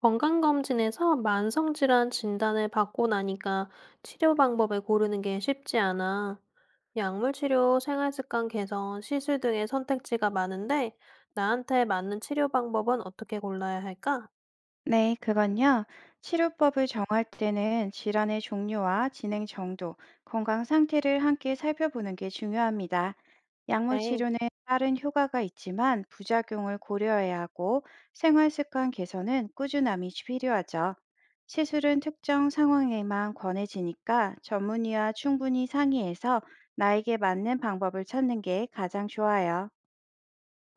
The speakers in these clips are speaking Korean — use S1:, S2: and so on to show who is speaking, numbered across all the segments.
S1: 건강검진에서 만성질환 진단을 받고 나니까 치료 방법을 고르는 게 쉽지 않아. 약물 치료, 생활습관 개선, 시술 등의 선택지가 많은데 나한테 맞는 치료 방법은 어떻게 골라야 할까?
S2: 네, 그건요. 치료법을 정할 때는 질환의 종류와 진행 정도, 건강 상태를 함께 살펴보는 게 중요합니다. 약물
S1: 그래.
S2: 치료는 빠른 효과가 있지만 부작용을 고려해야 하고 생활 습관 개선은 꾸준함이 필요하죠. 시술은 특정 상황에만 권해지니까 전문의와 충분히 상의해서 나에게 맞는 방법을 찾는 게 가장 좋아요.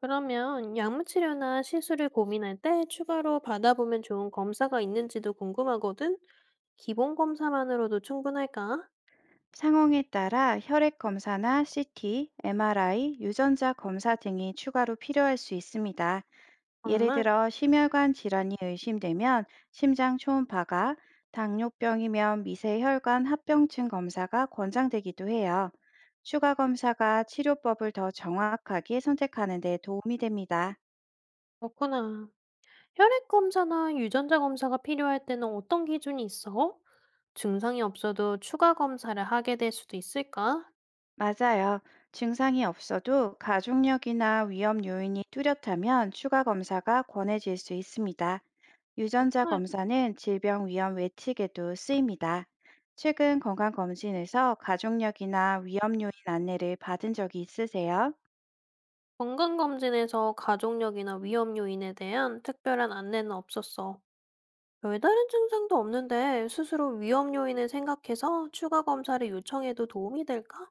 S1: 그러면 약물 치료나 시술을 고민할 때 추가로 받아보면 좋은 검사가 있는지도 궁금하거든? 기본 검사만으로도 충분할까?
S2: 상황에 따라 혈액 검사나 CT, MRI, 유전자 검사 등이 추가로 필요할 수 있습니다. 예를
S1: 정말?
S2: 들어 심혈관 질환이 의심되면 심장 초음파가, 당뇨병이면 미세혈관 합병증 검사가 권장되기도 해요. 추가 검사가 치료법을 더 정확하게 선택하는 데 도움이 됩니다.
S1: 그렇구나. 혈액 검사나 유전자 검사가 필요할 때는 어떤 기준이 있어? 증상이 없어도 추가 검사를 하게 될 수도 있을까?
S2: 맞아요. 증상이 없어도 가족력이나 위험 요인이 뚜렷하면 추가 검사가 권해질 수 있습니다. 유전자
S1: 응,
S2: 검사는 질병 위험 외측에도 쓰입니다. 최근 건강검진에서 가족력이나 위험 요인 안내를 받은 적이 있으세요?
S1: 건강검진에서 가족력이나 위험 요인에 대한 특별한 안내는 없었어. 별다른 증상도 없는데 스스로 위험 요인을 생각해서 추가 검사를 요청해도 도움이 될까?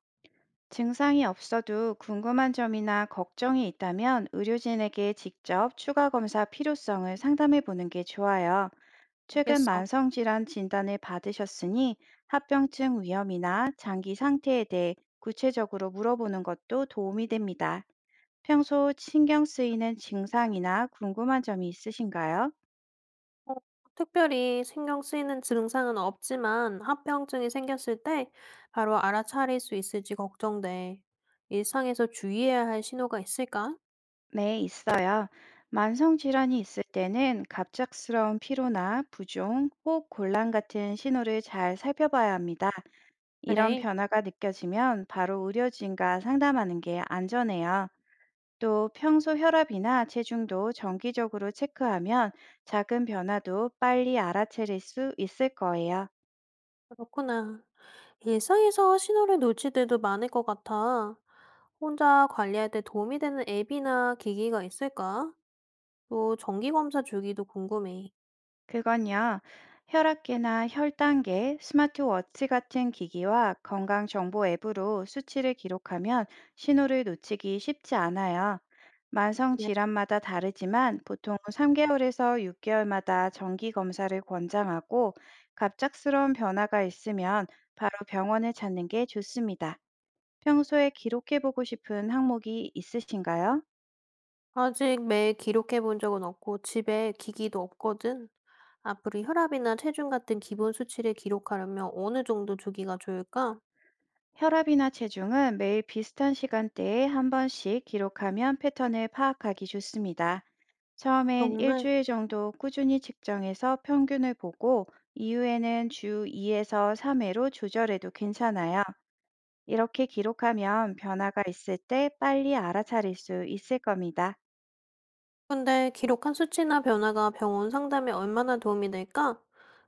S2: 증상이 없어도 궁금한 점이나 걱정이 있다면 의료진에게 직접 추가 검사 필요성을 상담해 보는 게 좋아요. 최근
S1: 알겠어.
S2: 만성질환 진단을 받으셨으니 합병증 위험이나 장기 상태에 대해 구체적으로 물어보는 것도 도움이 됩니다. 평소 신경 쓰이는 증상이나 궁금한 점이 있으신가요?
S1: 어, 특별히 신경 쓰이는 증상은 없지만 합병증이 생겼을 때 바로 알아차릴 수 있을지 걱정돼. 일상에서 주의해야 할 신호가 있을까?
S2: 네, 있어요. 만성질환이 있을 때는 갑작스러운 피로나 부종, 호흡 곤란 같은 신호를 잘 살펴봐야 합니다. 이런
S1: 그래,
S2: 변화가 느껴지면 바로 의료진과 상담하는 게 안전해요. 또 평소 혈압이나 체중도 정기적으로 체크하면 작은 변화도 빨리 알아차릴 수 있을 거예요.
S1: 그렇구나. 일상에서 신호를 놓칠 때도 많을 것 같아. 혼자 관리할 때 도움이 되는 앱이나 기기가 있을까? 또 정기검사 주기도 궁금해.
S2: 그건요. 혈압계나 혈당계, 스마트워치 같은 기기와 건강정보 앱으로 수치를 기록하면 신호를 놓치기 쉽지 않아요. 만성 질환마다 다르지만 보통 3개월에서 6개월마다 정기 검사를 권장하고 갑작스러운 변화가 있으면 바로 병원을 찾는 게 좋습니다. 평소에 기록해보고 싶은 항목이 있으신가요?
S1: 아직 매일 기록해 본 적은 없고 집에 기기도 없거든. 앞으로 혈압이나 체중 같은 기본 수치를 기록하려면 어느 정도 주기가 좋을까?
S2: 혈압이나 체중은 매일 비슷한 시간대에 한 번씩 기록하면 패턴을 파악하기 좋습니다. 처음엔
S1: 정말?
S2: 일주일 정도 꾸준히 측정해서 평균을 보고, 이후에는 주 2에서 3회로 조절해도 괜찮아요. 이렇게 기록하면 변화가 있을 때 빨리 알아차릴 수 있을 겁니다.
S1: 근데 기록한 수치나 변화가 병원 상담에 얼마나 도움이 될까?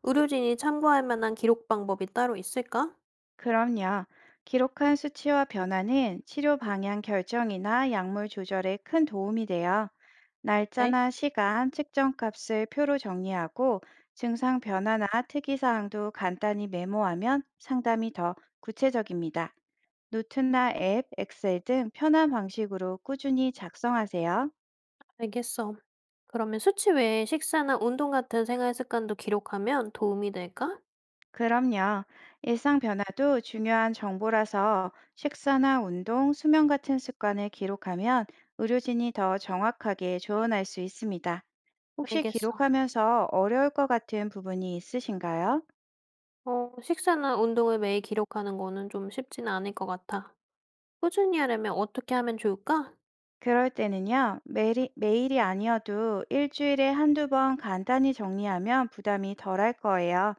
S1: 의료진이 참고할 만한 기록 방법이 따로 있을까?
S2: 그럼요. 기록한 수치와 변화는 치료 방향 결정이나 약물 조절에 큰 도움이 돼요.
S1: 네,
S2: 날짜나 시간, 측정값을 표로 정리하고 증상 변화나 특이사항도 간단히 메모하면 상담이 더 구체적입니다. 노트나 앱, 엑셀 등 편한 방식으로 꾸준히 작성하세요.
S1: 알겠어. 그러면 수치 외에 식사나 운동 같은 생활 습관도 기록하면 도움이 될까?
S2: 그럼요. 일상 변화도 중요한 정보라서 식사나 운동, 수면 같은 습관을 기록하면 의료진이 더 정확하게 조언할 수 있습니다. 혹시
S1: 알겠어.
S2: 기록하면서 어려울 것 같은 부분이 있으신가요?
S1: 어, 식사나 운동을 매일 기록하는 거는 좀 쉽지는 않을 것 같아. 꾸준히 하려면 어떻게 하면 좋을까?
S2: 그럴 때는요, 매일이 아니어도 일주일에 한두 번 간단히 정리하면 부담이 덜할 거예요.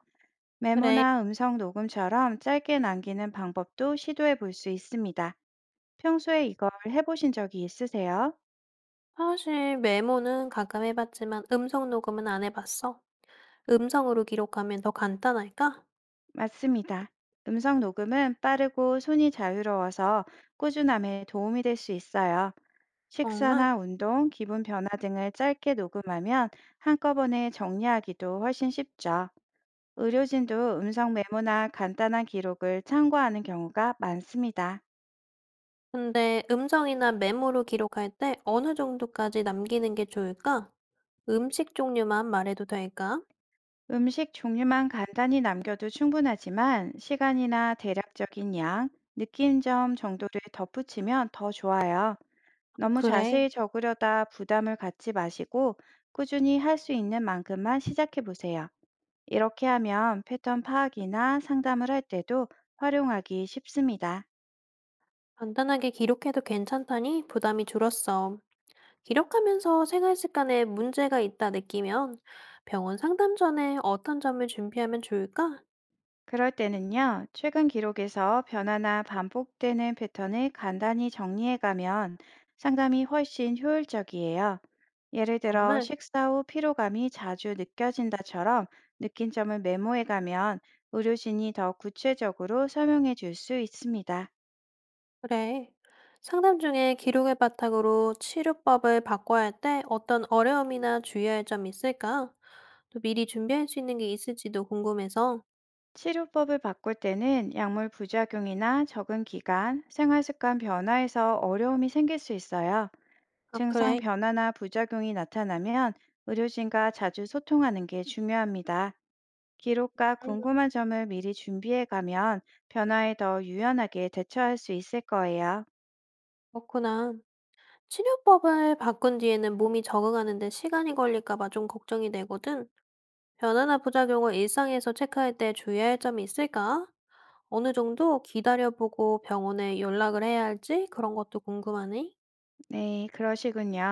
S1: 그래,
S2: 메모나 음성 녹음처럼 짧게 남기는 방법도 시도해 볼 수 있습니다. 평소에 이걸 해보신 적이 있으세요?
S1: 사실 메모는 가끔 해봤지만 음성 녹음은 안 해봤어. 음성으로 기록하면 더 간단할까?
S2: 맞습니다. 음성 녹음은 빠르고 손이 자유로워서 꾸준함에 도움이 될 수 있어요.
S1: 정말?
S2: 식사나 운동, 기분 변화 등을 짧게 녹음하면 한꺼번에 정리하기도 훨씬 쉽죠. 의료진도 음성 메모나 간단한 기록을 참고하는 경우가 많습니다.
S1: 근데 음성이나 메모로 기록할 때 어느 정도까지 남기는 게 좋을까? 음식 종류만 말해도 될까?
S2: 음식 종류만 간단히 남겨도 충분하지만 시간이나 대략적인 양, 느낀 점 정도를 덧붙이면 더 좋아요.
S1: 어,
S2: 너무
S1: 그래.
S2: 자세히 적으려다 부담을 갖지 마시고 꾸준히 할 수 있는 만큼만 시작해 보세요. 이렇게 하면 패턴 파악이나 상담을 할 때도 활용하기 쉽습니다.
S1: 간단하게 기록해도 괜찮다니 부담이 줄었어. 기록하면서 생활 습관에 문제가 있다 느끼면 병원 상담 전에 어떤 점을 준비하면 좋을까?
S2: 그럴 때는요, 최근 기록에서 변화나 반복되는 패턴을 간단히 정리해 가면 상담이 훨씬 효율적이에요. 예를 들어,
S1: 정말
S2: 식사 후 피로감이 자주 느껴진다처럼 느낀 점을 메모해 가면 의료진이 더 구체적으로 설명해 줄 수 있습니다.
S1: 그래. 상담 중에 기록을 바탕으로 치료법을 바꿔야 할 때 어떤 어려움이나 주의해야 할 점이 있을까? 또 미리 준비할 수 있는 게 있을지도 궁금해서.
S2: 치료법을 바꿀 때는 약물 부작용이나 적응 기간, 생활 습관 변화에서 어려움이 생길 수 있어요.
S1: 아,
S2: 증상
S1: 그래.
S2: 변화나 부작용이 나타나면 의료진과 자주 소통하는 게 중요합니다. 기록과
S1: 음,
S2: 궁금한 점을 미리 준비해 가면 변화에 더 유연하게 대처할 수 있을 거예요.
S1: 그렇구나. 치료법을 바꾼 뒤에는 몸이 적응하는데 시간이 걸릴까 봐 좀 걱정이 되거든. 변화나 부작용을 일상에서 체크할 때 주의해야 할 점이 있을까? 어느 정도 기다려보고 병원에 연락을 해야 할지 그런 것도 궁금하네.
S2: 네, 그러시군요.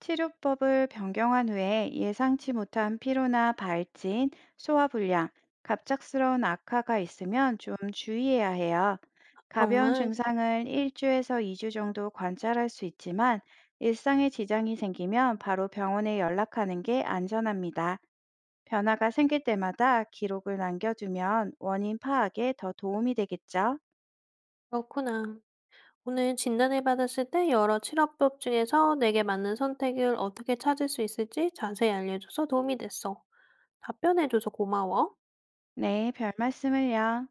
S2: 치료법을 변경한 후에 예상치 못한 피로나 발진, 소화불량, 갑작스러운 악화가 있으면 좀 주의해야 해요. 가벼운
S1: 정말
S2: 증상은 1주에서 2주 정도 관찰할 수 있지만 일상에 지장이 생기면 바로 병원에 연락하는 게 안전합니다. 변화가 생길 때마다 기록을 남겨두면 원인 파악에 더 도움이 되겠죠?
S1: 그렇구나. 오늘 진단을 받았을 때 여러 치료법 중에서 내게 맞는 선택을 어떻게 찾을 수 있을지 자세히 알려줘서 도움이 됐어. 답변해줘서 고마워.
S2: 네, 별 말씀을요.